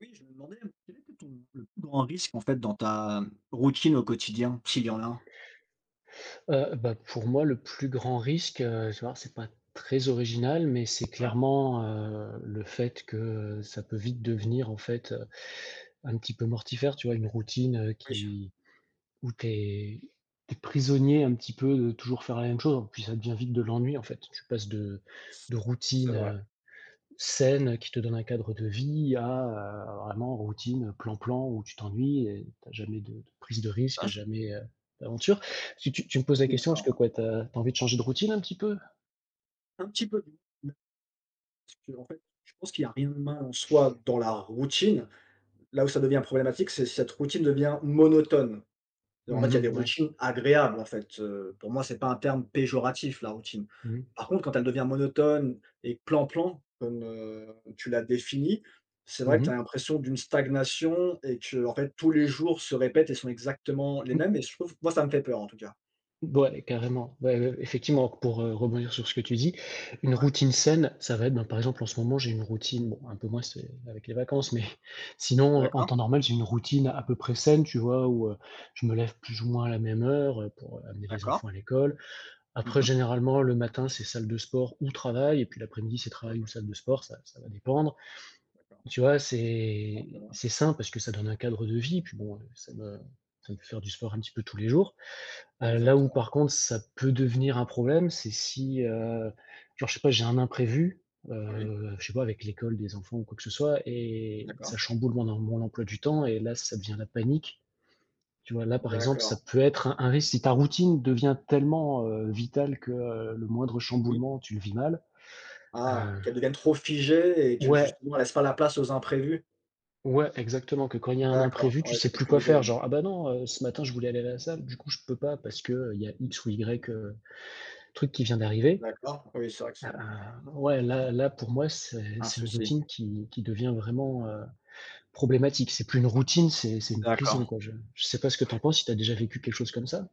Oui, je me demandais quel était ton le plus grand risque en fait dans ta routine au quotidien, s'il y en a un? Bah, pour moi, le plus grand risque, tu vois, c'est pas très original, mais c'est Ouais, clairement, le fait que, ça peut vite devenir, en fait, un petit peu mortifère, tu vois? Une routine, oui, qui où tu es prisonnier un petit peu de toujours faire la même chose, puis ça devient vite de l'ennui, en fait. Tu passes de c'est routine, vrai. Saine, qui te donne un cadre de vie à, vraiment routine, plan-plan où tu t'ennuies et t'as jamais de prise de Ah, risque, je jamais, d'aventure. Tu me poses la suis question, est-ce d'accord, que ouais. quoi, t'as as envie de changer de routine un petit peu? Un petit peu du mais parce qu'en fait, je pense qu'il n'y a rien de mal en soi dans la routine. Là où ça devient problématique, c'est si cette routine devient monotone. En fait, il y a des Mmh ouais. routines agréables, en fait, pour moi, c'est pas un terme péjoratif, la routine. Mmh mh. Par contre, quand elle devient monotone et plan-plan, comme, tu l'as défini, c'est vrai que tu Mmh. as l'impression d'une stagnation et que en fait, tous les jours se répètent et sont exactement les mêmes et je trouve moi, ça me fait peur, en tout cas. Ouais, carrément. Ouais, ouais, effectivement, pour, rebondir sur ce que tu dis, une Ouais. routine saine, ça va être, ben, par exemple, en ce moment, j'ai une routine, bon, un peu moins c'est avec les vacances, mais sinon, en D'accord, temps normal, j'ai une routine à peu près saine, tu vois? Où, je me lève plus ou moins à la même heure, pour, amener les d'accord. enfants à l'école. Après, Mhm. généralement, le matin, c'est salle de sport ou travail et puis l'après-midi, c'est travail OK, ou salle de sport, ça va dépendre. d'accord. Tu vois? Ça C'est va. c'est sain parce que ça donne un cadre de vie puis bon, ça me fait faire du sport un petit peu tous les jours. Là où Exactement. par contre ça peut devenir un problème, c'est si, genre je sais pas, j'ai un imprévu, Oui, je sais pas avec l'école des enfants ou quoi que ce soit et ça d'accord. chamboule mon emploi du temps et là ça devient la panique, tu vois? Là par exemple, D'accord, ça peut être un risque si ta routine devient tellement, vitale que, le moindre oui. chamboulement tu le vis mal, heu Ah, qu'elle devienne trop figée et que ouais, justement, elle laisse pas la place aux imprévus. ouais exactement que quand il y a un D'accord, imprévu, tu ouais, sais j'ai plus compris quoi l'idée, faire ouais. genre: «Ah bah non, ce matin je voulais aller à la salle, du coup je peux pas parce que, il y a X ou Y, truc qui vient d'arriver». D'accord, oui, c'est vrai que c'est Ah, ouais, là pour moi, c'est un c'est une souci. routine qui devient vraiment, problématique. C'est plus une routine, c'est une prison, D'accord. quoi. Je sais pas ce que t'en penses, si t'as déjà vécu quelque chose comme ça?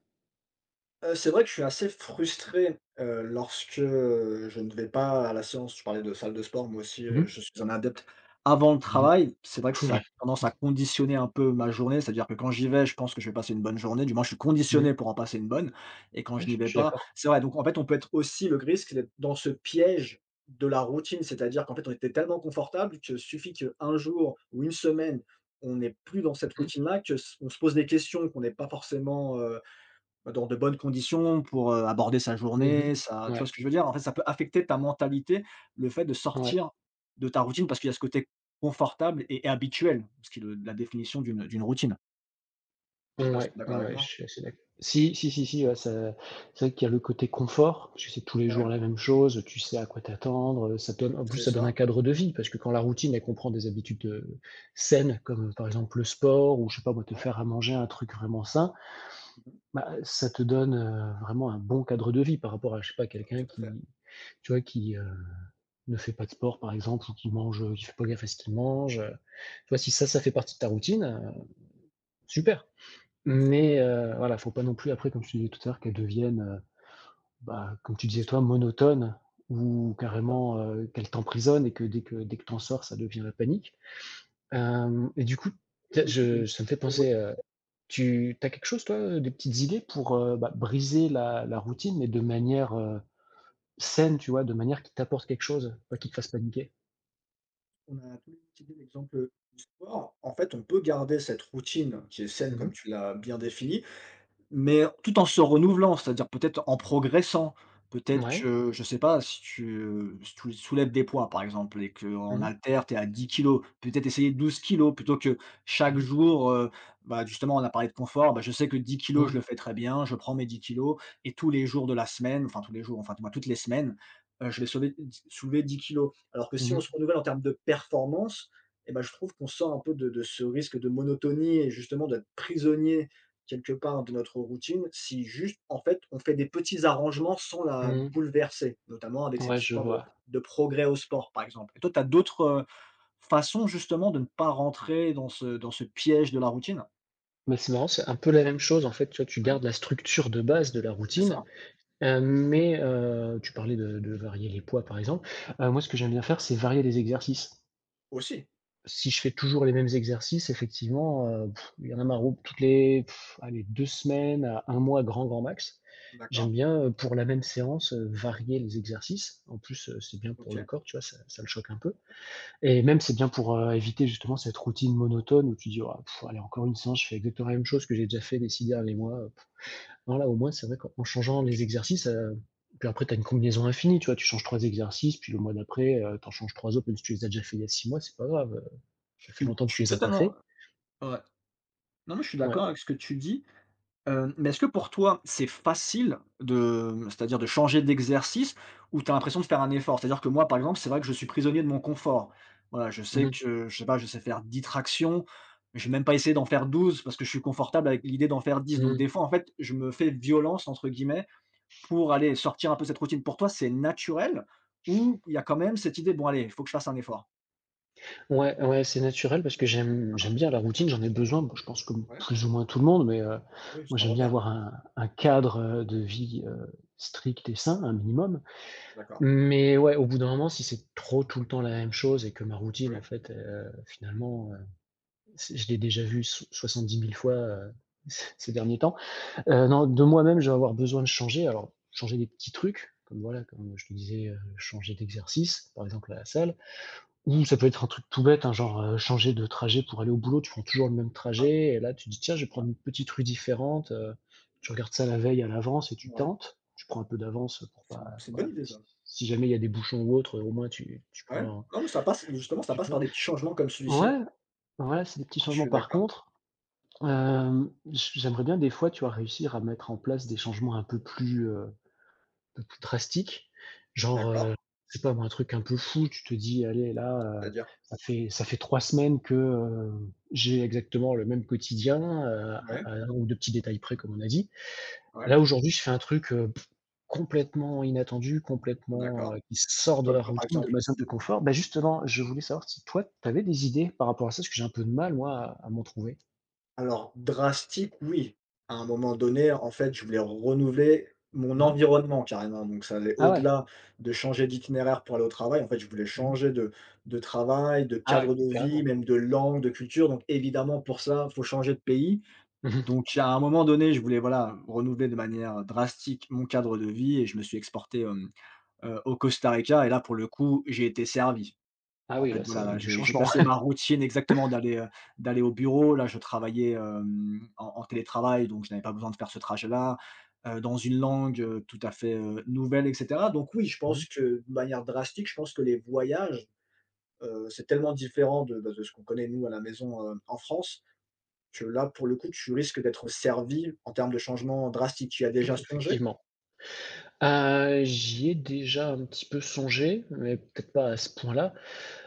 C'est vrai que je suis assez frustré, lorsque, je ne vais pas à la séance. Tu parlais de salle de sport, moi aussi, Mmh mh. je suis un adepte avant le Mmh. travail. C'est vrai que ça Cool. a tendance à conditionner un peu ma journée, c'est-à-dire que quand j'y vais, je pense que je vais passer une bonne journée, du moins je suis Mmh. conditionné pour en passer une bonne, et quand Ouais, je n'y je vais je suis pas d'accord. c'est vrai, donc en fait, on peut être aussi le risque d'être dans ce piège de la routine, c'est-à-dire qu'en fait, on était tellement confortable que suffit qu'un jour ou une semaine, on n'est plus dans cette Mmh mh. routine-là, qu'on se pose des questions qu'on n'est pas forcément, bah, dans de bonnes conditions pour, aborder sa Mmh. journée, sa tu Ouais, vois ce que je veux dire? En fait, ça peut affecter ta mentalité, le fait de ouais. sortir de ta routine parce qu'il y a ce côté confortable et habituel, ce qui est le la définition d'une routine. Je sais pas si Ouais, tu es d'accord avec ouais, je moi? suis assez d'accord. Si, si, si, si, ouais, ça, c'est vrai qu'il y a le côté confort, parce que c'est tous les jours Ouais, la même chose, tu sais à quoi t'attendre, ça donne en plus, c'est ça donne un ça. cadre de vie parce que quand la routine, elle comprend des habitudes, saines comme, par exemple, le sport ou je sais pas moi, te Ouais. faire à manger un truc vraiment sain, Mmh. bah, ça te donne, vraiment un bon cadre de vie par rapport à, je sais pas, C'est ça, quelqu'un tout à fait. qui, tu vois, qui, ne fait pas de sport, par exemple, ou qui mange, qui fait pas gaffe à ce qu'il mange, tu vois, si ça, ça fait Ouais. partie de ta routine, super. Non, ça Mais voilà, faut pas non plus après, comme je te disais tout à l'heure, qu'elle devienne, bah, comme tu disais c'est toi, monotone ou c'est ça. carrément, qu'elle t'emprisonne et que dès que t'en sors, ça devient la panique. Hem et du coup, tu Risque aussi de je ça me fait penser, tu as quelque chose toi, des petites idées pour, bah, briser la routine, mais de manière, saine, tu vois? De manière qui t'apporte quelque chose, pas qui te fasse paniquer? On a tous utilisé l'exemple, du sport. En fait, on peut garder cette routine qui est saine comme Mmh. tu l'as bien définie, mais tout en se renouvelant, c'est-à-dire peut-être en progressant. Peut-être Ouais. que, je sais pas, si tu soulèves des poids, par exemple, et qu'en Mmh mh. haltères, tu es à 10 kilos, peut-être essayer 12 kilos plutôt que chaque Mmh. jour, bah, justement, on a parlé de confort, bah, je sais que 10 kilos Mmh. je le fais très bien, je prends mes 10 kilos et tous les jours de la semaine, enfin tous les jours, enfin du moins toutes les semaines, je vais sauver d soulever 10 kg. Alors que si on Mmh. se renouvelle en termes de performance, eh bah, je trouve qu'on sort un peu de ce risque de monotonie et justement d'être prisonnier quelque part de notre routine, si juste, en fait, on fait des petits arrangements sans la Mmh. bouleverser, notamment avec cette Ouais, je histoire de vois. de progrès au sport, par exemple. Et toi, tu as d'autres, façons justement de ne pas rentrer dans ce piège de la routine? Bah, c'est marrant, c'est un peu la même chose, en fait, tu vois? Tu Ouais, gardes la structure de base de la c'est routine, ça, mais tu parlais de varier les poids, par exemple. ouais, Moi, ce que j'aime bien faire, c'est varier les exercices. aussi. Si je fais toujours les mêmes exercices, effectivement, il y en a marre ou toutes les allez, 2 semaines à 1 mois, grand, grand max. D'accord, J'aime bien, pour la même séance, varier les exercices. En plus, c'est bien pour le OK. corps, tu vois? Ça le choque un peu et même, c'est bien pour, éviter justement cette routine monotone où tu dis: «Ah pff, allez encore une séance, je fais exactement la même chose que j'ai déjà fait les 6 derniers mois». Non, là, au moins, c'est vrai qu'en changeant les exercices, puis après tu as une combinaison infinie, tu vois? Tu changes 3 exercices, puis le mois d'après, tu en changes 3 autres, même si tu les as déjà fait il y a 6 mois, c'est pas grave, Je ça fait suis longtemps je que tu suis les as pas totalement, fait. ouais. Non, mais je suis Ouais. d'accord avec ce que tu dis. Mais est-ce que pour toi, c'est facile de, c'est-à-dire de changer d'exercice ou tu as l'impression de faire un effort? C'est-à-dire que moi, par exemple, c'est vrai que je suis prisonnier de mon confort. Voilà, je Mmh sais mh. que, je sais pas, je sais faire 10 tractions, mais je vais même pas essayer d'en faire 12 parce que je suis confortable avec l'idée d'en faire 10. Donc Mmh. des fois, en fait, je me «fais violence» entre guillemets pour aller sortir un peu cette routine. Pour toi, c'est naturel ou il y a quand même cette idée: «Bon allez, il faut que je fasse un effort»? Ouais, ouais, c'est naturel parce que j'aime bien la routine, j'en ai besoin, bah, je pense comme Ah, ouais, plus ou moins tout le monde, mais, oui, moi, c'est un j'aime bien repère. avoir un cadre, de vie, strict et sain, un minimum. D'accord. Mais ouais, au bout d'un moment, si c'est trop tout le temps la même chose et que ma routine, Oui, en fait, finalement, c'est je l'ai déjà vue 10 000 fois, ces derniers temps. Non, de moi-même, je vais d'accord. avoir besoin de changer. Alors, changer des petits trucs, comme voilà, comme je te disais, changer d'exercice, par exemple à la salle. Ouais. Ou ça peut être un truc tout bête, hein, genre, changer de trajet pour aller au boulot, tu prends toujours le même Ah, trajet et là tu dis: «Tiens, je vais ouais, prendre une petite rue différente», tu regardes ça la veille à l'avance et tu ouais, tentes. Tu prends un peu d'avance, pour c'est pas c'est une bonne voilà, idée si ça. si jamais il y a des bouchons ou autre, au moins tu Ouais, prends un- non mais ça passe justement, ça tu passe peux par des petits changements comme celui-ci. ouais, voilà c'est des petits Je changements. suis Par d'accord, contre, j'aimerais bien des fois, tu vois, réussir à mettre en place des changements un peu plus drastique, genre, d'accord, je sais pas moi, un truc un peu fou, tu te dis: «Allez là, heu, c'est-à-dire? ça fait 3 semaines que, j'ai exactement le même quotidien, à Ouais, à 1 ou 2 petits détails près», comme on a dit. ouais, Là, aujourd'hui, je fais un truc, complètement inattendu, complètement, d'accord. Qui sort de Comme la quoi, par routine, de exemple? ma zone de confort. Bah, justement, je voulais savoir si toi, tu avais des idées par rapport à ça? Parce que j'ai un peu de mal, moi, à m'en trouver. Alors drastique, oui. À un moment donné, en fait, je voulais renouveler mon Mmh. environnement carrément, donc ça allait Ah ouais? au-delà de changer d'itinéraire pour aller au travail. En fait, je voulais Mmh. changer de travail, de Ah ouais, cadre de vie, carrément. même de langue, de culture, donc évidemment pour ça, il faut changer de pays. Mmh. Donc à un moment donné, je voulais, voilà, renouveler de manière drastique mon cadre de vie et je me suis exporté, hem au Costa Rica et là, pour le coup, j'ai été servi. Ah En oui, fait, là, voilà, là, c'est du j'ai changement. passé ma routine exactement d'aller au bureau. Là, je travaillais, en télétravail, donc je n'avais pas besoin de faire ce trajet-là, dans une langue, tout à fait, nouvelle et cetera. Donc oui, je Mmh. pense que, de manière drastique, je pense que les voyages, c'est tellement différent de, bah, de ce qu'on connaît, nous, à la maison, en France, que là, pour le coup, tu risques d'être servi en termes de changement drastique. Tu y as déjà Ouais, songé, effectivement. J'y ai déjà un petit peu songé, mais peut-être pas à ce point-là.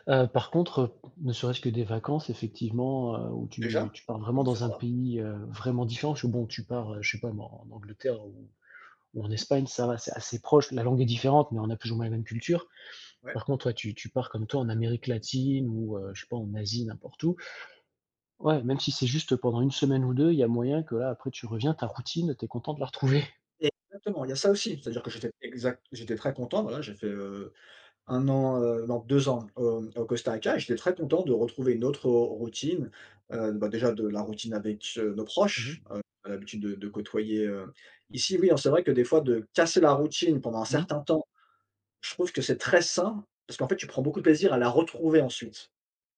Par contre, ne serait-ce que des vacances effectivement, où déjà? tu pars On peut vraiment commencer dans par un là. pays, vraiment différent, parce que bon, tu pars, je sais pas moi, en Angleterre ou en Mmh. Espagne, ça va, c'est assez proche. La langue est différente, mais on a plus ou moins la même culture. Ouais. Par contre, toi, tu pars comme toi en Amérique latine ou, je sais pas, en Asie, n'importe où. Ouais, même si c'est juste pendant une semaine ou 2, il y a moyen que là, après tu reviens, ta routine, t'es content de la retrouver. Exactement, il y a ça aussi. C'est-à-dire que j'étais très content, voilà, j'ai fait, 1 an, non 2 ans, au Costa Rica et j'étais très content de retrouver une routine, bah, déjà de la routine avec, nos Mmh mh. proches, on a l'habitude de côtoyer, ici oui, alors c'est vrai que des fois de casser la routine pendant un Mmh. certain temps, je trouve que c'est très sain parce qu'en fait tu prends beaucoup de plaisir à la retrouver ensuite,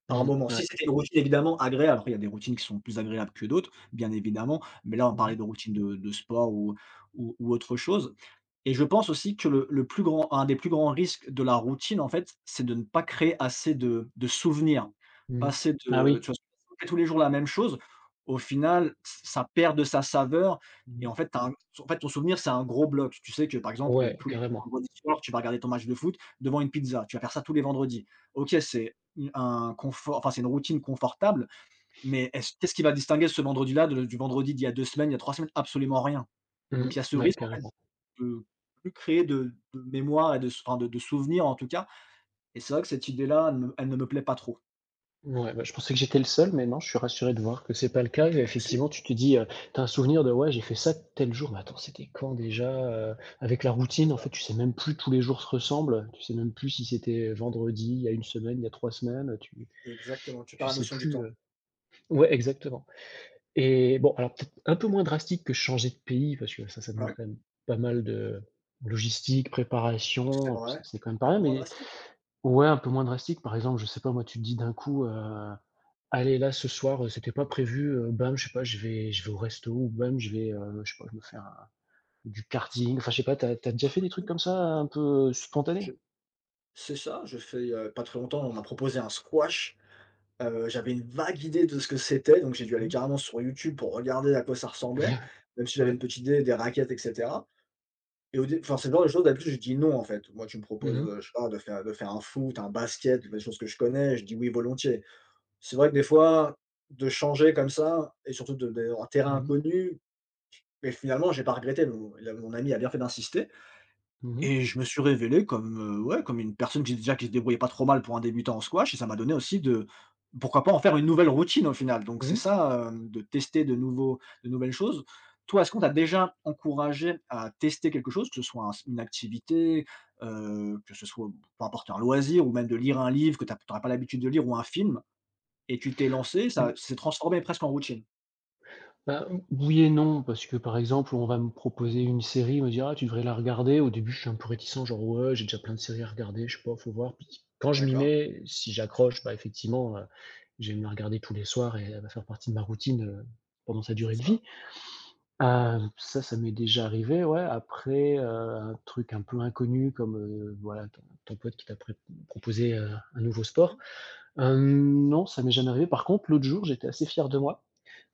par Mmh. moment. Si Ouais. c'était une routine évidemment agréable, après il y a des routines qui sont plus agréables que d'autres, bien évidemment, mais là on Mmh parlait mh. de routine de sport ou autre chose et je pense aussi que le plus grand un des plus grands risques de la routine, en fait, c'est de ne pas créer assez de souvenirs. Pas Mmh. assez Ah de Tu oui. vois? Si on fait tous les jours la même chose, au final, ça perd de sa saveur et en Mmh. fait, tu un en fait, ton souvenir, c'est un gros bloc. Tu sais que, par exemple, Ouais, tous les carrément. vendredis soirs, tu vas regarder ton match de foot devant une pizza. Tu vas faire ça tous les vendredis. OK, c'est u un confort, enfin, c'est une routine confortable, mais est-ce qui va distinguer ce vendredi-là de du vendredi d'il y a 2 semaines, il y a 3 semaines? Absolument rien. Mmh. Donc il y a ce Ouais, risque. carrément. Peut Plus créer de mémoire et de s enfin de souvenirs en tout cas, et c'est vrai que cette idée-là, elle ne me plaît pas trop. Ouais, bah, je pensais que j'étais le seul, mais non, je suis rassuré de voir que c'est pas le cas et Aussi, effectivement, tu te dis, tu un souvenir de: «Ouais, j'ai fait ça tel jour», mais attends, c'était quand déjà? Avec la c'est routine, en ça, fait, tu sais même plus, tous les jours se ressemblent, tu sais même plus si c'était vendredi, il y a une semaine, il y a 3 semaines, exactement, tu perds tu la sais notion du plus, temps. Ouais, exactement et bon, alors peut-être un Et peu moins drastique que changer de pays parce que ça demande ouais, quand même pas mal de logistique, c'est préparation, puis vrai, c'est quand même pas un peu rien, moins mais drastique. ouais, un peu moins drastique. Par exemple, je sais pas moi, tu te dis d'un coup: «Allez là ce soir, c'était pas prévu, bam, je sais pas, je vais au resto ou bam, je vais, je sais pas, je me fais un du karting». Enfin, je sais pas, t'as as déjà fait des trucs comme ça, un peu, Je spontanés? C'est ça, je fais il pas très longtemps, on m'a proposé un squash, j'avais une vague idée de ce que c'était, donc j'ai dû aller Mmh. carrément sur YouTube pour regarder à quoi ça ressemblait, même si j'avais Ouais. une petite idée des raquettes et cetera et au dé enfin c'est le genre de choses d'habitude je dis non en fait. Moi tu me Mmh proposes, mh. Je sais pas de faire un foot, un basket, des choses que je connais, je dis oui volontiers. C'est vrai que des fois, de changer comme ça, et surtout de en terrain Mmh mh. inconnu, mais finalement, j'ai pas regretté. Mon ami a bien fait d'insister Mmh. et je me suis révélé comme, ouais, comme une personne qui déjà qui se débrouillait pas trop mal pour un débutant en squash et ça m'a donné aussi de pourquoi pas en faire une nouvelle routine au final. Donc c'est Mmh. ça, de tester de nouvelles choses. Toi, est-ce qu'on t'a déjà encouragé à tester quelque chose, que ce soit un une activité, que ce soit, bon, peu importe, un loisir ou même de lire un livre que tu as pas l'habitude de lire ou un film? Et tu t'es lancé, ça s'est transformé presque en routine. Bah, oui et non, parce que, par exemple, on va me proposer une série, on me dira «Ah, tu devrais la regarder». Au début, je suis un peu réticent, genre: «Ouais, j'ai déjà plein de séries à regarder, je sais pas, faut voir». Puis quand je m'y D'accord, mets, si j'accroche, bah, effectivement, je la regarder tous les soirs et elle va faire partie de ma routine, pendant sa c'est durée de ça, vie. Ça, ça m'est déjà arrivé, ouais. Après, un truc un peu inconnu comme, voilà, ton pote qui t'a pré proposé, un nouveau sport. Non, ça m'est jamais arrivé. Par contre, l'autre jour, j'étais assez fier de moi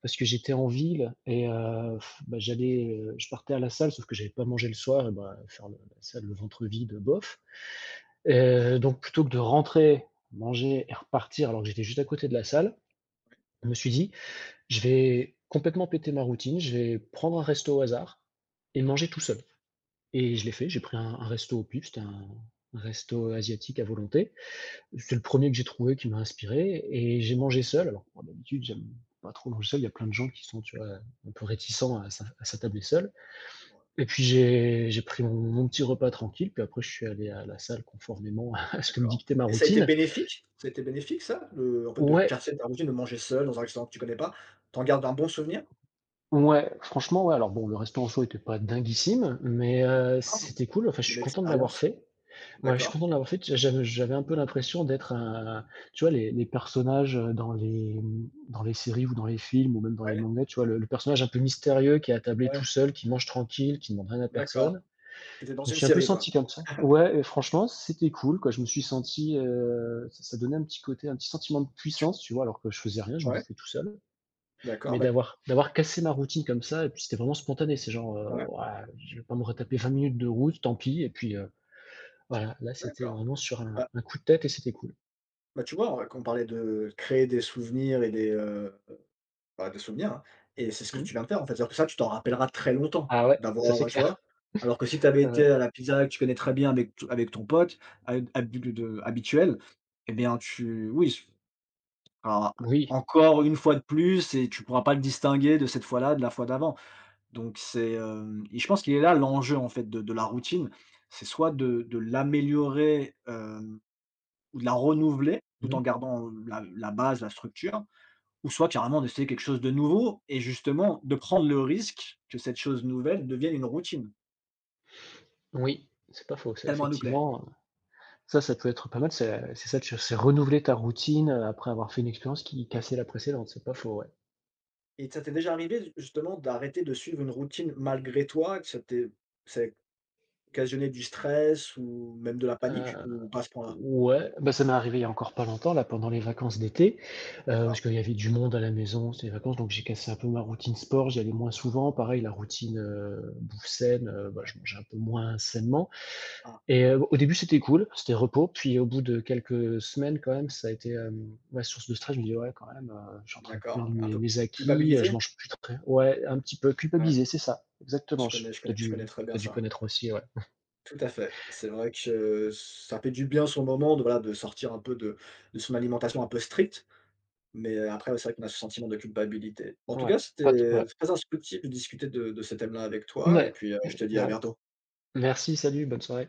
parce que j'étais en ville et bah, je partais à la salle sauf que j'avais pas mangé le soir et bah, faire le la salle le ventre vide, bof. Donc plutôt que de rentrer, manger et repartir alors que j'étais juste à côté de la salle, je me suis dit: «Je vais complètement péter ma routine, je vais prendre un resto au hasard et manger tout seul» et je l'ai fait, j'ai pris un resto au pif, c'était un resto asiatique à volonté. C'est le premier que j'ai trouvé qui m'a inspiré et j'ai mangé seul. Alors, moi, d'habitude, j'aime pas trop manger seul. Il y a plein de gens qui sont, tu vois, d'accord, un peu réticents à s'attabler seul. c'est vrai, Et puis j'ai pris mon petit repas tranquille, puis après je suis allé à la salle conformément à ce que me d'accord. dictait ma Et ça a été routine. bénéfique? Ça a été bénéfique ça, le en fait, de Ouais, casser ta routine, de manger seul dans un restaurant que tu connais pas? T'en gardes un bon souvenir? ouais, franchement, ouais, alors bon, le restaurant en soi était pas dinguissime, mais Ah bon? c'était cool. Enfin, je De suis content de l'avoir l'expérience? fait. Ouais, je suis D'accord. content de l'avoir fait. J'avais un peu l'impression d'être un, tu vois, les personnages, dans les, mmh, dans les séries ou dans les films ou même dans les Ouais, mangas, tu vois le personnage un peu mystérieux qui est attablé ouais, tout seul, qui mange tranquille, qui demande rien à d'accord. personne. Tu étais dans Je me une suis un peu série quoi? senti comme ça. Ouais et franchement, c'était cool quoi. Je me suis senti, ça ça donnait un petit côté, un petit sentiment de puissance, tu vois? Alors que je faisais rien, je Ouais, bouffais tout seul. d'accord, Mais bah d'avoir cassé ma routine comme ça, et puis c'était vraiment spontané. C'est genre, ouais, «Ouah, je vais pas me retaper 20 minutes de route, tant pis» et puis, voilà, là, c'était d'accord. vraiment sur Bah un coup de tête et c'était cool. bah, tu vois, on quand on parlait de créer des souvenirs et bah, de souvenirs, hein, et c'est ce que Mmh. tu viens de faire, en fait. C'est-à-dire que ça, tu t'en rappelleras très longtemps Ah ouais, ça c'est d'avoir, tu clair. vois? Alors que si tu avais été Heu, à la pizzeria que tu connais très bien avec ton pote hab habu de habituel et bien, tu oui, s alors, oui. encore une fois de plus et tu pourras pas le distinguer de cette fois-là, de la fois d'avant. Donc c'est, hem et je pense qu'il est là l'enjeu, en fait, de la routine. C'est soit de l'améliorer, ou de la renouveler tout en Mmh. gardant la base, la structure ou soit carrément d'essayer quelque chose de nouveau et justement de prendre le risque que cette chose nouvelle devienne une routine, Oui, c'est pas faux, ça, tellement elle nous plaît. effectivement, ça, ça peut être pas mal, c'est ça, tu c'est renouveler ta routine, après avoir fait une expérience qui cassait la précédente, c'est pas faux, ouais. Et ça t'est déjà arrivé justement d'arrêter de suivre une routine malgré toi, que ça ait occasionné du stress ou même de la panique Heu, ou pas à ce point-là? ouais, bah, ça m'est arrivé il y a encore pas longtemps, là, pendant les vacances d'été, D'accord. parce qu'il y avait du monde à la maison, c'était les vacances, donc j'ai cassé un peu ma routine sport, j'y allais moins souvent. Pareil, la routine, bouffe saine, bah, je mangeais un peu moins sainement. Ah, Et au début, c'était cool, c'était repos, puis au bout de quelques semaines quand même, ça a été, ouais, source de stress. Je me dis: «Ouais, quand même, je suis en train de perdre d'accord, un mes peu mes acquis, je culpabilité? mange plus très» ouais, un petit peu Ouais, culpabilisé, c'est ça, exactement. Je je connais très bien tu dû ça. connaître aussi, ouais. Tout à fait. C'est vrai que ça fait du bien sur le moment de voilà, de sortir un peu de son alimentation un peu stricte. Mais après, ouais, c'est vrai qu'on a ce sentiment de culpabilité. En tout cas, Ouais, pas de c'était ouais. très instructif de discuter de ce thème-là avec toi et Ouais, puis, je te dis à grave. bientôt. Merci, salut, bonne soirée.